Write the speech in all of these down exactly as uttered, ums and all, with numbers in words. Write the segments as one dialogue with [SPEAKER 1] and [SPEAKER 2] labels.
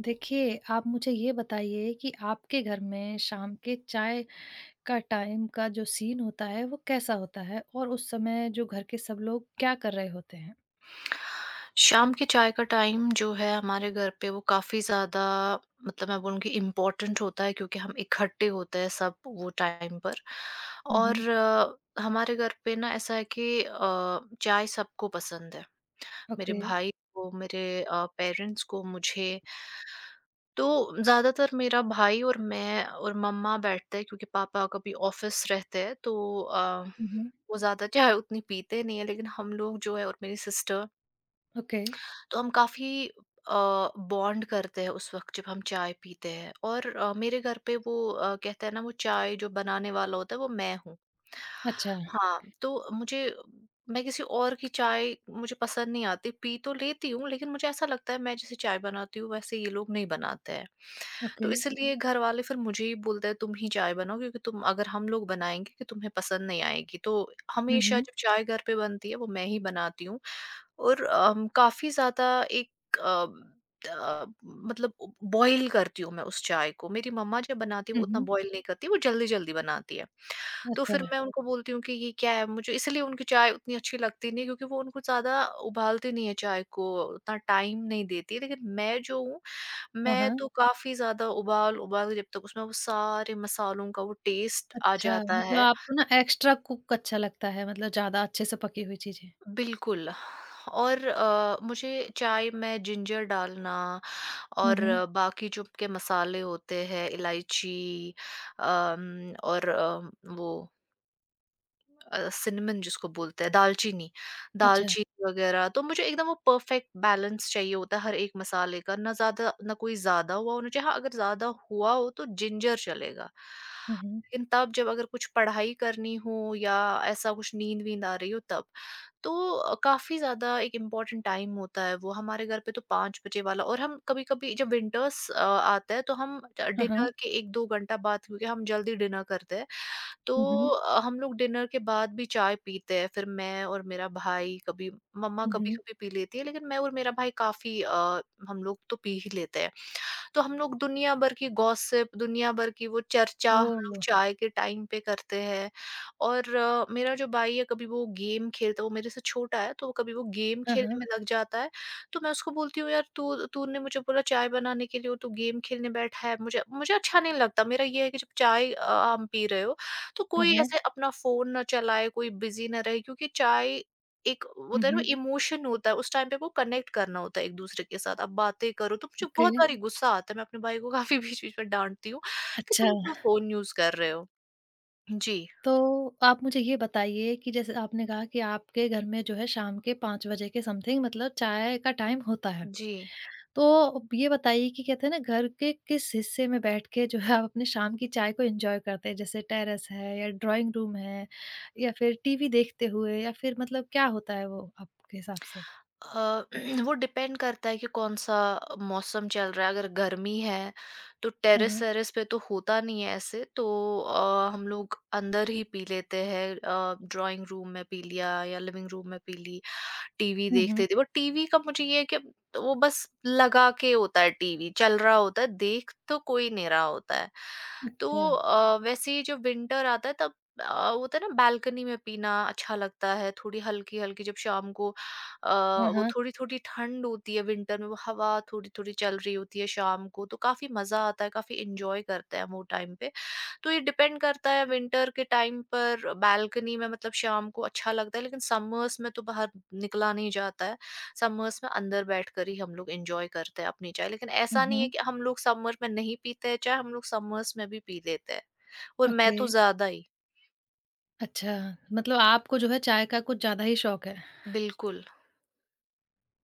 [SPEAKER 1] देखिए, आप मुझे ये बताइए कि आपके घर में शाम के चाय का टाइम का जो सीन होता है, वो कैसा होता है? और उस समय जो घर के सब लोग क्या कर रहे होते हैं?
[SPEAKER 2] शाम के चाय का टाइम जो है हमारे घर पे वो काफ़ी ज़्यादा मतलब मैं बोलूँ कि इम्पोर्टेंट होता है क्योंकि हम इकट्ठे होते हैं सब वो टाइम पर।
[SPEAKER 1] हुँ, हुँ।
[SPEAKER 2] और अ, हमारे घर पे ना ऐसा है कि अ, चाय सबको पसंद है, मेरे
[SPEAKER 1] ओके।
[SPEAKER 2] भाई को, मेरे पेरेंट्स को, मुझे। तो ज़्यादातर मेरा भाई और मैं और मम्मा बैठते हैं क्योंकि पापा कभी ऑफिस रहते हैं तो अ,
[SPEAKER 1] हुँ, हुँ।
[SPEAKER 2] वो ज़्यादा चाय उतनी पीते नहीं है, लेकिन हम लोग जो है और मेरी सिस्टर,
[SPEAKER 1] ओके।
[SPEAKER 2] तो हम काफ़ी अ, बॉन्ड करते हैं उस वक़्त जब हम चाय पीते हैं। और अ, मेरे घर पे वो अ, कहते हैं ना, वो चाय जो बनाने वाला होता है वो मैं हूँ।
[SPEAKER 1] अच्छा,
[SPEAKER 2] हाँ, तो मुझे मैं किसी और की चाय मुझे पसंद नहीं आती, पी तो लेती हूँ लेकिन मुझे ऐसा लगता है मैं जैसे चाय बनाती हूँ वैसे ये लोग नहीं बनाते हैं।
[SPEAKER 1] ओके।
[SPEAKER 2] तो इसीलिए घर वाले फिर मुझे ही बोलते हैं तुम ही चाय बनाओ क्योंकि तुम अगर हम लोग बनाएँगे कि तुम्हें पसंद नहीं आएगी। तो
[SPEAKER 1] हुँ,
[SPEAKER 2] हमेशा
[SPEAKER 1] हुँ।
[SPEAKER 2] जब चाय घर पे बनती है वो मैं ही बनाती हूँ। और अम, काफ़ी ज़्यादा एक अ, अ, मतलब बॉईल करती हूँ मैं उस चाय को। मेरी मम्मा जब बनाती है वो
[SPEAKER 1] हुँ,
[SPEAKER 2] उतना
[SPEAKER 1] हुँ।
[SPEAKER 2] बॉईल नहीं करती, वो जल्दी-जल्दी बनाती है। तो
[SPEAKER 1] अच्छा।
[SPEAKER 2] फिर मैं उनको बोलती हूँ कि ये क्या है? मुझे इसलिए उनकी चाय उतनी अच्छी लगती नहीं है क्योंकि वो उनको ज़्यादा उबालती नहीं है चाय को, उतना टाइम नहीं देती। लेकिन मैं जो हूँ,
[SPEAKER 1] हाँ,
[SPEAKER 2] मैं
[SPEAKER 1] हाँ।
[SPEAKER 2] तो काफ़ी ज़्यादा उबाल-उबाल के जब तक उसमें वो सारे मसालों का वो टेस्ट आ
[SPEAKER 1] अच्छा,
[SPEAKER 2] जाता
[SPEAKER 1] मतलब
[SPEAKER 2] है,
[SPEAKER 1] आपको ना एक्स्ट्रा कुक अच्छा लगता है, मतलब ज़्यादा अच्छे से पकी हुई चीज़ें।
[SPEAKER 2] बिल्कुल। और अ, मुझे चाय में जिंजर डालना,
[SPEAKER 1] हुँ,
[SPEAKER 2] और
[SPEAKER 1] हुँ।
[SPEAKER 2] अ, बाकी जो के मसाले होते हैं, इलायची, अम, और अम, वो सिनेमन जिसको बोलते हैं दालचीनी,
[SPEAKER 1] अच्छा।
[SPEAKER 2] दालचीनी वगैरह। तो मुझे एकदम वो परफेक्ट बैलेंस चाहिए होता है हर एक मसाले का, ना ज़्यादा, ना कोई ज़्यादा हुआ होना चाहिए। हाँ, अगर ज़्यादा हुआ हो तो जिंजर चलेगा
[SPEAKER 1] हुँ, हुँ।
[SPEAKER 2] लेकिन तब, जब अगर कुछ पढ़ाई करनी हो या ऐसा कुछ नींद वींद आ रही हो तब। तो अ, काफ़ी ज़्यादा एक इम्पॉर्टेंट टाइम होता है वो हमारे घर पे, तो पाँच बजे वाला। और हम कभी-कभी जब विंटर्स अ, आता है तो हम ड
[SPEAKER 1] हाँ, हाँ।
[SPEAKER 2] डिनर के एक दो घंटा बाद, क्योंकि हम जल्दी डिनर करते हैं,
[SPEAKER 1] हुँ,
[SPEAKER 2] तो
[SPEAKER 1] हुँ।
[SPEAKER 2] अ, हम लोग डिनर के बाद भी चाय पीते हैं। फिर मैं और मेरा भाई कभी, मम्मा
[SPEAKER 1] हुँ, हुँ।
[SPEAKER 2] कभी-कभी पी लेती है लेकिन मैं और मेरा भाई काफ़ी अ, हम लोग तो पी ही लेते हैं। तो हम लोग दुनिया भर की गॉसिप, दुनिया भर की वो चर्चा हम लोग
[SPEAKER 1] ओह!
[SPEAKER 2] चाय के टाइम पे करते हैं। और अ, मेरा जो भाई है कभी वो गेम खेलता, वो मेरे से छोटा है तो वो कभी वो गेम
[SPEAKER 1] हाँ,
[SPEAKER 2] खेलने
[SPEAKER 1] हाँ।
[SPEAKER 2] में लग जाता है। तो मैं उसको बोलती हूँ यार, तू तूने मुझे बोला चाय बनाने के लिए और तू गेम खेलने बैठा है, मुझे मुझे अच्छा नहीं लगता। मेरा ये है कि जब चाय अ, हम पी रहे हो तो
[SPEAKER 1] हाँ,
[SPEAKER 2] कोई
[SPEAKER 1] हाँ।
[SPEAKER 2] ऐसे अपना फोन ना चलाए, कोई बिजी ना रहे, क्योंकि चाय एक
[SPEAKER 1] हुँ,
[SPEAKER 2] उधर वो
[SPEAKER 1] हुँ।
[SPEAKER 2] इमोशन होता है, उस टाइम पे वो कनेक्ट करना होता है एक-दूसरे के साथ, आप बातें करो। तो मुझे
[SPEAKER 1] ओके।
[SPEAKER 2] बहुत बारी गुस्सा आता है, मैं अपने भाई को काफ़ी बीच-बीच में डाँटती हूँ कि
[SPEAKER 1] अच्छा।
[SPEAKER 2] तुम क्यों फ़ोन यूज़ कर रहे हो? जी,
[SPEAKER 1] तो आप मुझे ये बताइए कि जैसे आपने कहा कि आपके घर में जो है शाम के पाँच बजे के समथिंग मतलब चाय का टाइम होता है।
[SPEAKER 2] जी।
[SPEAKER 1] तो ये बताइए कि कहते हैं ना घर के किस हिस्से में बैठ के जो है आप अपनी शाम की चाय को एन्जॉय करते हैं? जैसे टेरेस है या ड्राइंग रूम है या फिर टीवी देखते हुए या फिर मतलब क्या होता है वो आपके हिसाब से?
[SPEAKER 2] अ, वो डिपेंड करता है कि कौन-सा मौसम चल रहा है। अगर गर्मी है, तो
[SPEAKER 1] हाँ, हाँ।
[SPEAKER 2] टेरेस-वेरेस पे तो होता नहीं है ऐसे, तो अ, हम लोग अंदर ही पी लेते हैं, अ, ड्राइंग रूम में पी लिया या लिविंग रूम में पी ली। टीवी
[SPEAKER 1] हुँ, हुँ।
[SPEAKER 2] देखते थे, वो टीवी का मुझे ये है कि वो बस लगा के होता है, टीवी चल रहा होता है, देख तो कोई नहीं रहा होता है। तो
[SPEAKER 1] अच्छा।
[SPEAKER 2] अ, वैसे ही जब विंटर आता है तब अ, होता है ना, बालकनी में पीना अच्छा लगता है। थोड़ी हल्की हल्की जब शाम को अ,
[SPEAKER 1] हाँ,
[SPEAKER 2] वो
[SPEAKER 1] हाँ।
[SPEAKER 2] थोड़ी थोड़ी ठंड होती है विंटर में, वो हवा थोड़ी थोड़ी चल रही होती है शाम को, तो काफी मजा आता है, काफी इंजॉय करते हैं हम वो टाइम पे। तो ये डिपेंड करता है, विंटर के टाइम पर बालकनी में मतलब शाम को अच्छा लगता है, लेकिन समर्स में तो बाहर निकला नहीं जाता है। समर्स में अंदर बैठकर ही हम लोग एन्जॉय करते हैं अपनी चाय। लेकिन
[SPEAKER 1] हुँ,
[SPEAKER 2] ऐसा नहीं है
[SPEAKER 1] हुँ।
[SPEAKER 2] कि हम लोग समर में नहीं पीते हैं चाय, हम लोग समर्स में भी पी लेते हैं और मैं
[SPEAKER 1] ओके।
[SPEAKER 2] तो ज़्यादा ही।
[SPEAKER 1] अच्छा, मतलब आपको जो है चाय का कुछ ज़्यादा ही शौक है।
[SPEAKER 2] बिल्कुल।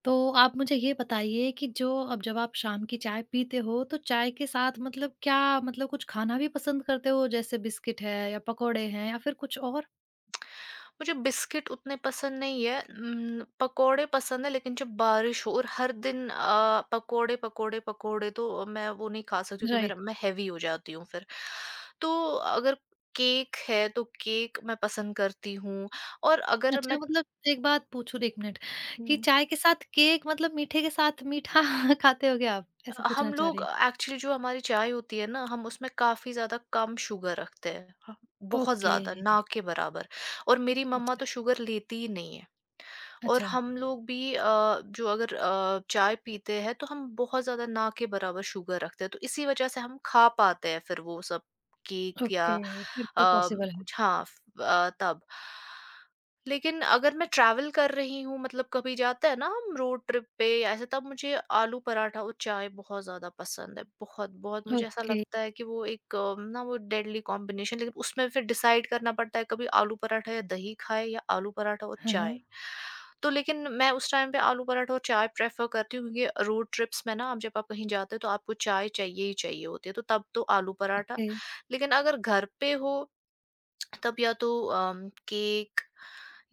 [SPEAKER 1] तो आप मुझे ये बताइए कि जो अब जब आप शाम की चाय पीते हो, तो चाय के साथ मतलब क्या मतलब कुछ खाना भी पसंद करते हो? जैसे बिस्किट है या पकोड़े हैं या फिर कुछ और?
[SPEAKER 2] मुझे बिस्किट उतने पसंद नहीं है। उम, पकोड़े पसंद है लेकिन जब बारिश हो और हर दिन अ, पकोड़े, पकोड़े, पकोड़े, तो मैं वो नहीं खा सकती क्योंकि मेरा
[SPEAKER 1] राइट।
[SPEAKER 2] मैं हैवी हो जाती हूँ फिर। तो अगर केक है तो केक मैं पसंद करती हूँ। और अगर मैं,
[SPEAKER 1] अच्छा मतलब एक बात पूछूँ एक मिनट कि
[SPEAKER 2] हम्म,
[SPEAKER 1] चाय के साथ केक मतलब मीठे के साथ मीठा खाते हो क्या आप? ऐसे
[SPEAKER 2] हम
[SPEAKER 1] पूछना चाह रही
[SPEAKER 2] लोग
[SPEAKER 1] हूँ।
[SPEAKER 2] एक्चुअली जो हमारी चाय होती है ना, हम उसमें काफी ज्यादा कम शुगर रखते हैं। हाँ, बहुत
[SPEAKER 1] ओके।
[SPEAKER 2] ज्यादा ना के बराबर। और मेरी मम्मा
[SPEAKER 1] अच्छा,
[SPEAKER 2] तो शुगर लेती ही नहीं है। और
[SPEAKER 1] अच्छा।
[SPEAKER 2] हम लोग भी अ, जो अगर अ, चाय पीते हैं तो हम बहुत ज़्यादा ना के बराबर शुगर रखते हैं, तो इसी वजह से हम खा पाते हैं फिर वो सब, केक
[SPEAKER 1] ओके,
[SPEAKER 2] या अ,
[SPEAKER 1] फिर तो पॉसिबल है।
[SPEAKER 2] कुछ। हाँ, फ- अ, तब। लेकिन अगर मैं ट्रैवल कर रही हूँ, मतलब कभी जाते हैं ना हम रोड ट्रिप पे या ऐसे, तब मुझे आलू पराठा और चाय बहुत ज्यादा पसंद है। बहुत, बहुत, मुझे ऐसा
[SPEAKER 1] ओके।
[SPEAKER 2] लगता है कि वो एक अ, ना वो डेडली कॉम्बिनेशन। लेकिन उसमें फिर डिसाइड करना पड़ता है, कभी आलू पराठा या दही खाए या आलू पराठा और
[SPEAKER 1] हाँ,
[SPEAKER 2] चाय।
[SPEAKER 1] हाँ।
[SPEAKER 2] तो लेकिन मैं उस टाइम पे आलू पराठा और चाय प्रेफ़र करती हूँ, क्योंकि रोड ट्रिप्स में ना, आप जब आप कहीं जाते हो तो आपको चाय चाहिए ही चाहिए होती है, तो तब तो आलू पराठा।
[SPEAKER 1] ओके।
[SPEAKER 2] लेकिन अगर घर पे हो, तब या तो अम, केक,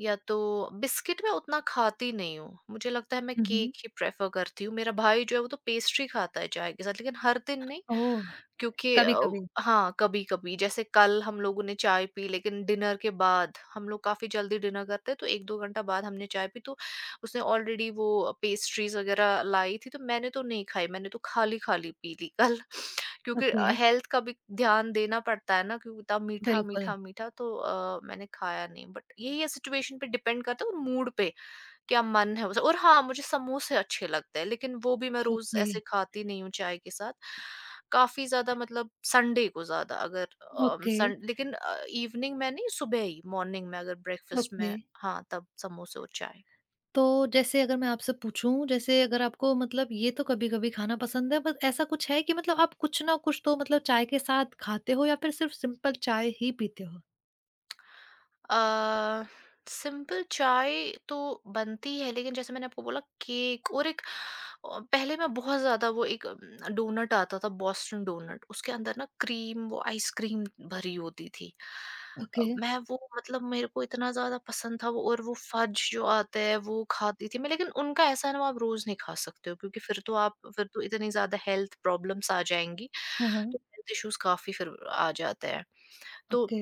[SPEAKER 2] या तो बिस्किट। मैं उतना खाती नहीं हूँ, मुझे लगता है मैं
[SPEAKER 1] हुँ,
[SPEAKER 2] केक
[SPEAKER 1] हुँ।
[SPEAKER 2] ही प्रेफ़र करती हूँ। मेरा भाई जो है वो तो पेस्ट्री खाता है चाय के साथ, लेकिन हर दिन नहीं।
[SPEAKER 1] ओह!
[SPEAKER 2] क्योंकि अ,
[SPEAKER 1] कभी-कभी।
[SPEAKER 2] हाँ, कभी-कभी जैसे कल हम लोगों ने चाय पी, लेकिन डिनर के बाद, हम लोग काफ़ी जल्दी डिनर करते हैं तो एक दो घंटा बाद हमने चाय पी। तो उसने ऑलरेडी वो पेस्ट्रीज़ वग़ैरह लाई थी, तो मैंने तो नहीं खाई, मैंने तो खाली-खाली पी ली कल क्योंकि अ,
[SPEAKER 1] ओके,
[SPEAKER 2] हेल्थ का भी ध्यान देना पड़ता है ना, क्योंकि इतना मीठा,
[SPEAKER 1] बिल्कुल।
[SPEAKER 2] मीठा, मीठा तो अ, मैंने खाया नहीं। बट यही है, सिचुएशन पे डिपेंड करता है और मूड पे, क्या मन है उसे। और हाँ, मुझे समोसे अच्छे लगते हैं, लेकिन वो भी मैं रोज़
[SPEAKER 1] ओके,
[SPEAKER 2] ऐसे खाती नहीं हूँ चाय के साथ। काफ़ी ज़्यादा मतलब संडे को ज़्यादा, अगर अ,
[SPEAKER 1] ओके,
[SPEAKER 2] सन लेकिन अ, इवनिंग में नहीं, सुबह ही, मॉर्निंग में अगर ब्रेकफ़ास्ट
[SPEAKER 1] ओके।
[SPEAKER 2] में, हाँ, तब समोसे और चाय।
[SPEAKER 1] तो जैसे अगर मैं आपसे पूछूँ, जैसे अगर आपको मतलब ये तो कभी-कभी खाना पसंद है, बस ऐसा कुछ है कि मतलब आप कुछ ना कुछ तो मतलब चाय के साथ खाते हो या फिर सिर्फ़ सिंपल चाय ही पीते हो?
[SPEAKER 2] अ, सिंपल चाय तो बनती है, लेकिन जैसे मैंने आपको बोला, केक। और एक अ, पहले मैं बहुत ज़्यादा वो एक अम, डोनट आता था, बॉस्टन डोनट, उसके अंदर ना क्रीम, वो आइसक्रीम भरी होती थी। अ,
[SPEAKER 1] ओके।
[SPEAKER 2] मैं वो मतलब मेरे को इतना ज़्यादा पसंद था वो, और वो फज जो आता है वो खाती थी मैं। लेकिन उनका ऐसा है ना, वो आप रोज़ नहीं खा सकते हो क्योंकि फिर तो आप, फिर तो इतनी ज़्यादा हेल्थ प्रॉब्लम्स आ जाएंगी,
[SPEAKER 1] हाँ, हाँ।
[SPEAKER 2] तो हेल्थ इश्यूज काफ़ी फिर आ जाते हैं। तो
[SPEAKER 1] ओके।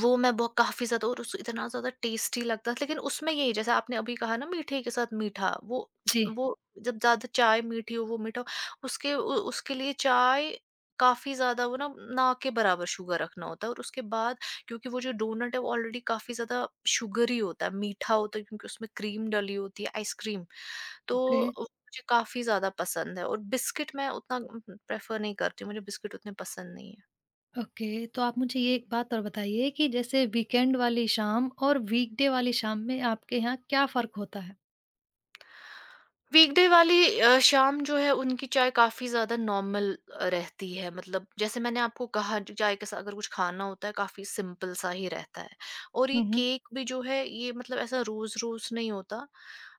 [SPEAKER 2] वो मैं बहुत काफ़ी ज़्यादा, और उस इतना ज़्यादा टेस्टी लगता था। लेकिन उसमें यही, जैसे आपने अभी कहा ना, मीठे के साथ मीठा, वो
[SPEAKER 1] जी।
[SPEAKER 2] वो, जब ज़्यादा चाय मीठी हो, वो मीठा हो, उसके उ उसके लिए चाय काफ़ी ज़्यादा वो ना, ना के बराबर शुगर रखना होता है, और उसके बाद क्योंकि वो जो डोनट है वो ऑलरेडी काफ़ी ज़्यादा शुगरी होता है, मीठा होता है, क्योंकि उसमें क्रीम डली होती है, आइसक्रीम। तो
[SPEAKER 1] ओके।
[SPEAKER 2] वो मुझे काफ़ी ज़्यादा पसंद है। और बिस्किट मैं उतना उम, प्रेफ़र नहीं करती हूँ, मुझे बिस्किट उतने पसंद नहीं है।
[SPEAKER 1] ओके, तो आप मुझे ये एक बात और बताइए कि जैसे वीकेंड वाली शाम और वीकडे वाली शाम में आपके यहाँ क्या फ़र्क होता है?
[SPEAKER 2] वीकडे वाली अ, शाम जो है, उनकी चाय काफ़ी ज़्यादा नॉर्मल रहती है, मतलब जैसे मैंने आपको कहा जो चाय के साथ अगर कुछ खाना होता है, काफ़ी सिंपल सा ही रहता है। और ये
[SPEAKER 1] हुँ, हुँ।
[SPEAKER 2] केक भी जो है ये, मतलब ऐसा रोज़-रोज़ नहीं होता।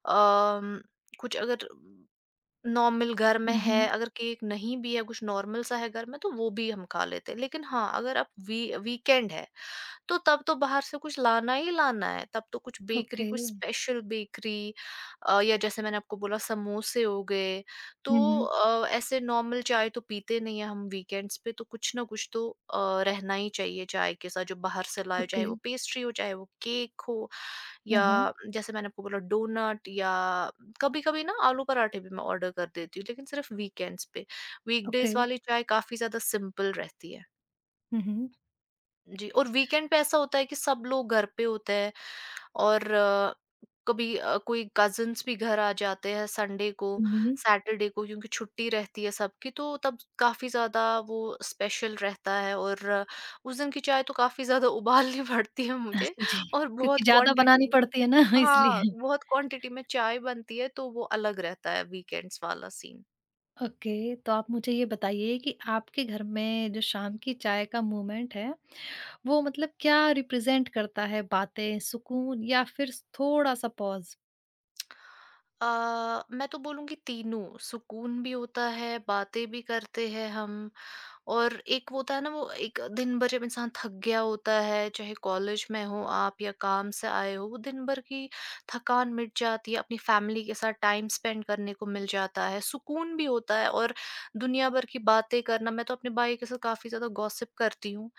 [SPEAKER 2] अम, कुछ अगर नॉर्मल घर में
[SPEAKER 1] हुँ,
[SPEAKER 2] है,
[SPEAKER 1] हुँ।
[SPEAKER 2] अगर केक नहीं भी है, कुछ नॉर्मल सा है घर में, तो वो भी हम खा लेते हैं। लेकिन हाँ, अगर आप वी वीकेंड है, तो तब तो बाहर से कुछ लाना ही लाना है, तब तो कुछ बेकरी,
[SPEAKER 1] ओके।
[SPEAKER 2] कुछ स्पेशल बेकरी, अ, या जैसे मैंने आपको बोला समोसे हो गए। तो
[SPEAKER 1] हुँ, हुँ।
[SPEAKER 2] अ, ऐसे नॉर्मल चाय तो पीते नहीं है हम वीकेंड्स पे, तो कुछ ना कुछ तो अ, रहना ही चाहिए चाय के साथ, जो बाहर से लाए,
[SPEAKER 1] ओके।
[SPEAKER 2] चाहे वो पेस्ट्री हो, चाहे वो केक हो,
[SPEAKER 1] हाँ,
[SPEAKER 2] या
[SPEAKER 1] हाँ।
[SPEAKER 2] जैसे मैंने आपको बोला डोनट, या कभी कभी ना आलू पराठे भी मैं ऑर्डर कर देती हूँ, लेकिन सिर्फ वीकेंड्स पे। Weekdays
[SPEAKER 1] okay.
[SPEAKER 2] वाली चाय काफी ज्यादा सिंपल रहती है
[SPEAKER 1] हुँ, हुँ।
[SPEAKER 2] जी, और वीकेंड पे ऐसा होता है कि सब लोग घर पे होते हैं और अ, कभी अ, कोई कज़िन्स भी घर आ जाते हैं संडे को,
[SPEAKER 1] हुँ, हुँ।
[SPEAKER 2] सैटरडे को, क्योंकि छुट्टी रहती है सबकी, तो तब काफ़ी ज़्यादा वो स्पेशल रहता है। और अ, उस दिन की चाय तो काफ़ी ज़्यादा उबालनी पड़ती है मुझे
[SPEAKER 1] जी,
[SPEAKER 2] और बहुत
[SPEAKER 1] क्योंकि ज़्यादा
[SPEAKER 2] क्वांटिटी
[SPEAKER 1] बनानी
[SPEAKER 2] में।
[SPEAKER 1] पड़ती है ना
[SPEAKER 2] हाँ,
[SPEAKER 1] इसलिए।
[SPEAKER 2] बहुत क्वांटिटी में चाय बनती है, तो वो अलग रहता है वीकेंड्स वाला सीन।
[SPEAKER 1] ओके, तो आप मुझे ये बताइए कि आपके घर में जो शाम की चाय का मोमेंट है, वो मतलब क्या रिप्रेज़ेंट करता है? बातें, सुकून या फिर स थोड़ा-सा पॉज़?
[SPEAKER 2] अ, मैं तो बोलूँगी तीनों, सुकून भी होता है, बातें भी करते हैं हम। और एक वो होता है ना, वो एक दिन भर जब इंसान थक गया होता है, चाहे कॉलेज में हो आप या काम से आए हो, वो दिन भर की थकान मिट जाती है, अपनी फैमिली के साथ टाइम स्पेंड करने को मिल जाता है, सुकून भी होता है और दुनिया भर की बातें करना। मैं तो अपने भाई के साथ काफ़ी ज़्यादा गॉसिप करती हूँ,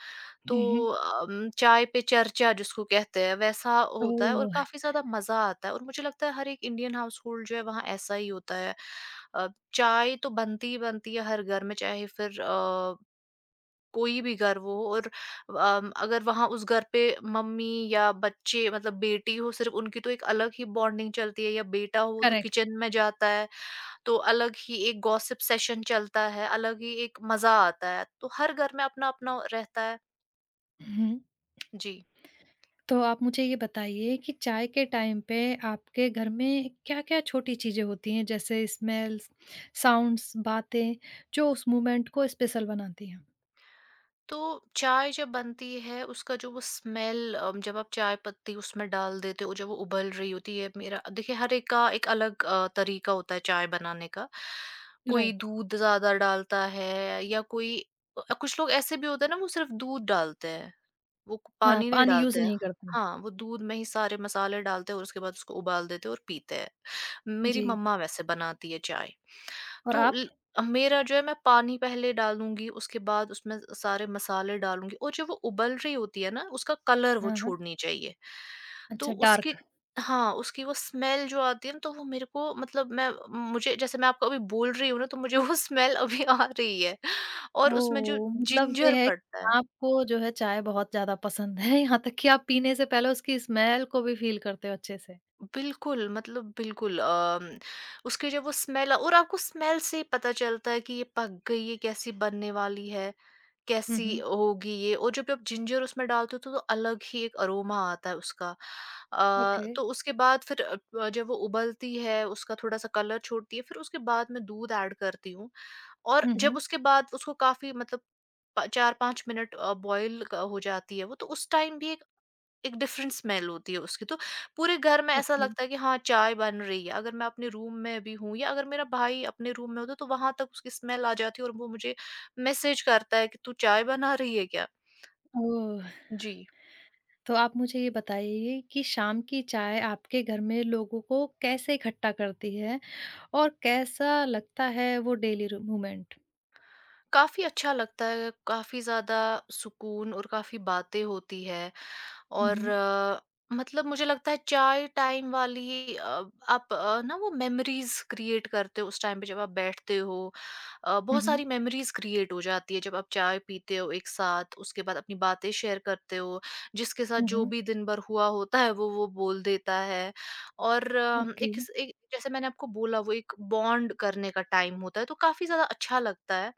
[SPEAKER 2] तो
[SPEAKER 1] हुँ, हुँ।
[SPEAKER 2] अम, चाय पे चर्चा जिसको कहते हैं वैसा होता है, और
[SPEAKER 1] ओह!
[SPEAKER 2] काफ़ी ज़्यादा मज़ा आता है। और मुझे लगता है हर एक इंडियन हाउस होल्ड जो है वहाँ ऐसा ही होता है। अ, चाय तो बनती ही बनती है हर घर में, चाहे फिर अ, कोई भी घर वो हो। और अम, अगर वहाँ उस घर पे मम्मी या बच्चे, मतलब बेटी हो सिर्फ उनकी, तो एक अलग ही बॉन्डिंग चलती है, या बेटा हो वो तो
[SPEAKER 1] करेक्ट।
[SPEAKER 2] किचन में जाता है, तो अलग ही एक गॉसिप सेशन चलता है, अलग ही एक मजा आता है। तो हर घर में अपना अपना रहता है।
[SPEAKER 1] हुँ।
[SPEAKER 2] जी।
[SPEAKER 1] तो आप मुझे ये बताइए कि चाय के टाइम पे आपके घर में क्या-क्या छोटी चीज़ें होती हैं, जैसे स्मेल्स, साउंड्स, बातें, जो उस मोमेंट को स्पेशल बनाती हैं?
[SPEAKER 2] तो चाय जब बनती है उसका जो वो स्मेल, जब आप चाय पत्ती उसमें डाल देते हो, जब वो उबल रही होती है। मेरा देखिए, हर एक का एक अलग अ, तरीका होता है चाय बनाने का। कोई
[SPEAKER 1] राइट।
[SPEAKER 2] दूध ज्यादा डालता है या कोई, अ, कुछ लोग ऐसे भी होते हैं ना, वो सिर्फ दूध डालते हैं, वो कु-
[SPEAKER 1] हाँ,
[SPEAKER 2] पानी नहीं
[SPEAKER 1] पानी यूज़
[SPEAKER 2] डालते हैं।
[SPEAKER 1] नहीं करते हैं।
[SPEAKER 2] हाँ, वो दूध में ही सारे मसाले डालते हैं और उसके बाद उसको उबाल देते हैं और पीते हैं। मेरी
[SPEAKER 1] जी,
[SPEAKER 2] मम्मा वैसे बनाती है चाय।
[SPEAKER 1] और
[SPEAKER 2] तो
[SPEAKER 1] आप?
[SPEAKER 2] ल मेरा जो है, मैं पानी पहले डालूँगी, उसके बाद उसमें सारे मसाले डालूँगी, और जो वो उबल रही होती है ना, उसका कलर वो
[SPEAKER 1] हाँ, हाँ।
[SPEAKER 2] छोड़नी चाहिए। तो
[SPEAKER 1] अच्छा,
[SPEAKER 2] उसकी,
[SPEAKER 1] डार्क।
[SPEAKER 2] हाँ, उसकी वो स्मेल जो आती है ना, तो वो मेरे को, मतलब मैं, मुझे, जैसे मैं आपको अभी बोल रही हूँ ना, तो मुझे वो स्मेल अभी आ रही है, और उसमें जो
[SPEAKER 1] ओह! मतलब ये
[SPEAKER 2] जिंजर
[SPEAKER 1] है कि
[SPEAKER 2] पड़ता है।
[SPEAKER 1] आपको जो है चाय बहुत ज़्यादा पसंद है, यहाँ तक कि आप पीने से पहले उसकी स्मेल को भी फ़ील करते हो अच्छे से।
[SPEAKER 2] बिल्कुल, मतलब बिल्कुल अम, उसकी जब वो स्मेल, और आपको स्मेल से पता चलता है कि ये पक गई है, कैसी बनने वाली है,
[SPEAKER 1] हुँ,
[SPEAKER 2] कैसी
[SPEAKER 1] हुँ।
[SPEAKER 2] होगी ये। और जब आप जिंजर उसमें डालते हो तो, तो अलग ही एक अरोमा आता है उसका। अ,
[SPEAKER 1] ओके।
[SPEAKER 2] तो उसके बाद फिर, अ, प जब वो उबलती है, उसका थोड़ा-सा कलर छोड़ती है, फिर उसके बाद मैं दूध ऐड करती हूँ। और
[SPEAKER 1] हुँ,
[SPEAKER 2] जब
[SPEAKER 1] हुँ।
[SPEAKER 2] उसके बाद उसको काफ़ी, मतलब प चार पाँच मिनट अ, बॉयल क हो जाती है वो, तो उस टाइम भी एक डिफरेंट स्मेल होती है उसकी। तो पूरे घर में ऐसा
[SPEAKER 1] ओके।
[SPEAKER 2] लगता है कि हाँ चाय बन रही है, अगर मैं अपने रूम में भी हूँ, या अगर मेरा भाई अपने रूम में होता, तो वहां तक उसकी स्मेल आ जाती है और वो मुझे मैसेज करता है कि तू चाय बना रही है क्या।
[SPEAKER 1] ओह!
[SPEAKER 2] जी।
[SPEAKER 1] तो आप मुझे ये बताइए कि शाम की चाय आपके घर में लोगों को कैसे इकट्ठा करती है और कैसा लगता है वो डेली रू मूवमेंट?
[SPEAKER 2] काफी अच्छा लगता है, काफी ज्यादा सुकून, और काफी बातें होती है।
[SPEAKER 1] हुँ,
[SPEAKER 2] और
[SPEAKER 1] हुँ।
[SPEAKER 2] अ, मतलब मुझे लगता है चाय टाइम वाली, अ, आप अ, ना वो मेमोरीज क्रिएट करते हो उस टाइम पे जब आप बैठते हो। अ,
[SPEAKER 1] हुँ,
[SPEAKER 2] बहुत
[SPEAKER 1] हुँ।
[SPEAKER 2] सारी मेमोरीज क्रिएट हो जाती है जब आप चाय पीते हो एक साथ, उसके बाद अपनी बातें शेयर करते हो, जिसके साथ
[SPEAKER 1] हुँ,
[SPEAKER 2] जो
[SPEAKER 1] हुँ।
[SPEAKER 2] भी दिन भर हुआ होता है वो वो बोल देता है। और अम,
[SPEAKER 1] ओके।
[SPEAKER 2] एक, एक जैसे मैंने आपको बोला, वो एक बॉन्ड करने का टाइम होता है, तो काफी ज्यादा अच्छा लगता है,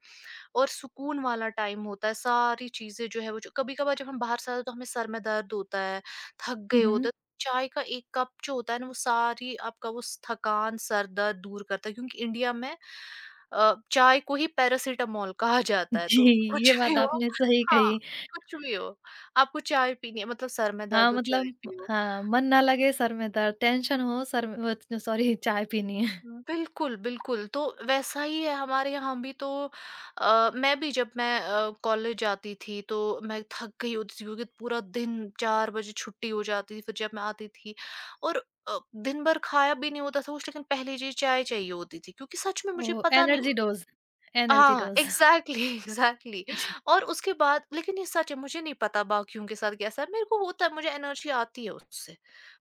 [SPEAKER 2] और सुकून वाला टाइम होता है। सारी चीज़ें जो है वो, जो कभी-कभार जब हम बाहर से आते हैं तो हमें सर में दर्द होता है, थक गए
[SPEAKER 1] हुँ,
[SPEAKER 2] होते
[SPEAKER 1] हुँ।
[SPEAKER 2] हैं। तो चाय का एक कप जो होता है ना, वो सारी आपका वो स थकान, सर दर्द दूर करता है। क्योंकि इंडिया में अ, चाय को ही पैरासिटामॉल कहा जाता है।
[SPEAKER 1] जी,
[SPEAKER 2] तो कुछ
[SPEAKER 1] ये
[SPEAKER 2] भी
[SPEAKER 1] बात
[SPEAKER 2] हो,
[SPEAKER 1] आपने सही
[SPEAKER 2] हाँ,
[SPEAKER 1] कही।
[SPEAKER 2] कुछ भी हो, आपको चाय पीनी है, मतलब सर में दर्द
[SPEAKER 1] हाँ,
[SPEAKER 2] हो चाय
[SPEAKER 1] मतलब
[SPEAKER 2] पियो।
[SPEAKER 1] हाँ, मन ना लगे सर में दर्द, टेंशन हो सर में वो च सॉरी चाय पीनी है।
[SPEAKER 2] बिल्कुल, बिल्कुल। तो वैसा ही है हमारे यहाँ भी। तो अ, मैं भी, जब मैं अ, कॉलेज जाती थी, तो मैं थक गई होती थी क्योंकि पूरा दिन, चार बजे छुट्टी हो जाती थी, फिर जब मैं आती थी और अ, दिन भर खाया भी नहीं होता था कुछ, लेकिन पहली चीज़ चाय चाहिए होती थी, क्योंकि सच में मुझे
[SPEAKER 1] ओह!
[SPEAKER 2] पता नहीं।
[SPEAKER 1] एनर्जी डोज़, एनर्जी
[SPEAKER 2] हाँ,
[SPEAKER 1] डोज़।
[SPEAKER 2] एग्ज़ैक्टली, एग्ज़ैक्टली
[SPEAKER 1] जी,
[SPEAKER 2] और उसके बाद, लेकिन ये सच है, मुझे नहीं पता बाकियों के साथ कैसा है, मेरे को होता है, मुझे एनर्जी आती है उससे।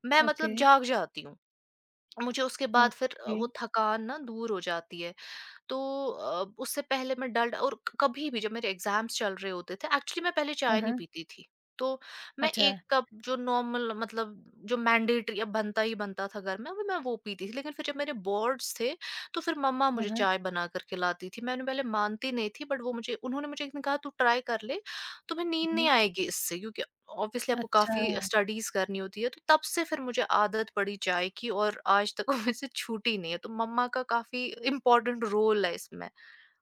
[SPEAKER 2] मैं,
[SPEAKER 1] ओके,
[SPEAKER 2] मतलब जाग जाती हूँ। मुझे उसके बाद फिर अ,
[SPEAKER 1] ओके।
[SPEAKER 2] वो थकान ना दूर हो जाती है। तो अ, उससे पहले मैं डल्ड, और क कभी भी जब मेरे एग्ज़ाम्स चल रहे होते थे, एक्चुअली मैं पहले
[SPEAKER 1] हाँ,
[SPEAKER 2] चाय नहीं
[SPEAKER 1] हाँ।
[SPEAKER 2] पीती थी। तो मैं
[SPEAKER 1] अच्छा,
[SPEAKER 2] एक कप जो नॉर्मल, मतलब जो मैंडेटरी अब बनता ही बनता था घर में, वो मैं वो पीती थी। लेकिन फिर जब मेरे बोर्ड्स थे, तो फिर मम्मा
[SPEAKER 1] हाँ,
[SPEAKER 2] मुझे
[SPEAKER 1] हाँ।
[SPEAKER 2] चाय बना कर के लाती थी। मैंने पहले मानती नहीं थी, बट वो मुझे, उन्होंने मुझे एक दिन कहा, "तू ट्राई कर ले, तुम्हें नींद नहीं
[SPEAKER 1] हुँ,
[SPEAKER 2] आएगी इससे, क्योंकि ऑब्वियसली आपको
[SPEAKER 1] अच्छा,
[SPEAKER 2] काफ़ी स्टडीज़ करनी होती है।" तो तब से फिर मुझे आदत पड़ी चाय की, और आज तक वो मुझसे छूटी नहीं है। तो मम्मा का काफ़ी इम्पोर्टेंट रोल है इसमें।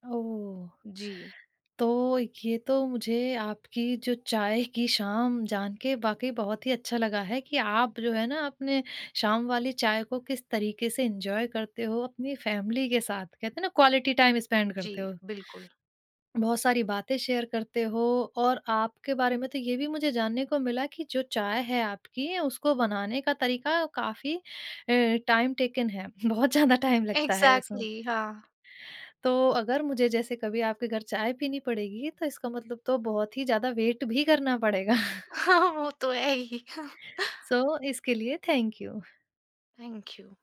[SPEAKER 1] ओह!
[SPEAKER 2] जी।
[SPEAKER 1] तो ये तो मुझे आपकी जो चाय की शाम जान के वाक़ई बहुत ही अच्छा लगा है कि आप जो है ना अपने शाम वाली चाय को किस तरीके से एन्जॉय करते हो अपनी फैमिली के साथ। कहते हैं ना क्वालिटी टाइम स्पेंड
[SPEAKER 2] जी,
[SPEAKER 1] करते हो।
[SPEAKER 2] बिल्कुल।
[SPEAKER 1] बहुत सारी बातें शेयर करते हो और आपके बारे में तो ये भी मुझे जानने को मिला कि जो चाय है आपकी उसको बनाने का तरीका काफ़ी अ, टाइम टेकन है। बहुत ज़्यादा टाइम लगता है उसमें।
[SPEAKER 2] एग्ज़ैक्टली, हाँ।
[SPEAKER 1] तो अगर मुझे जैसे कभी आपके घर चाय पीनी पड़ेगी तो इसका मतलब तो बहुत ही ज़्यादा वेट भी करना पड़ेगा।
[SPEAKER 2] वो तो है ही।
[SPEAKER 1] सो इसके लिए थैंक यू।
[SPEAKER 2] Thank you.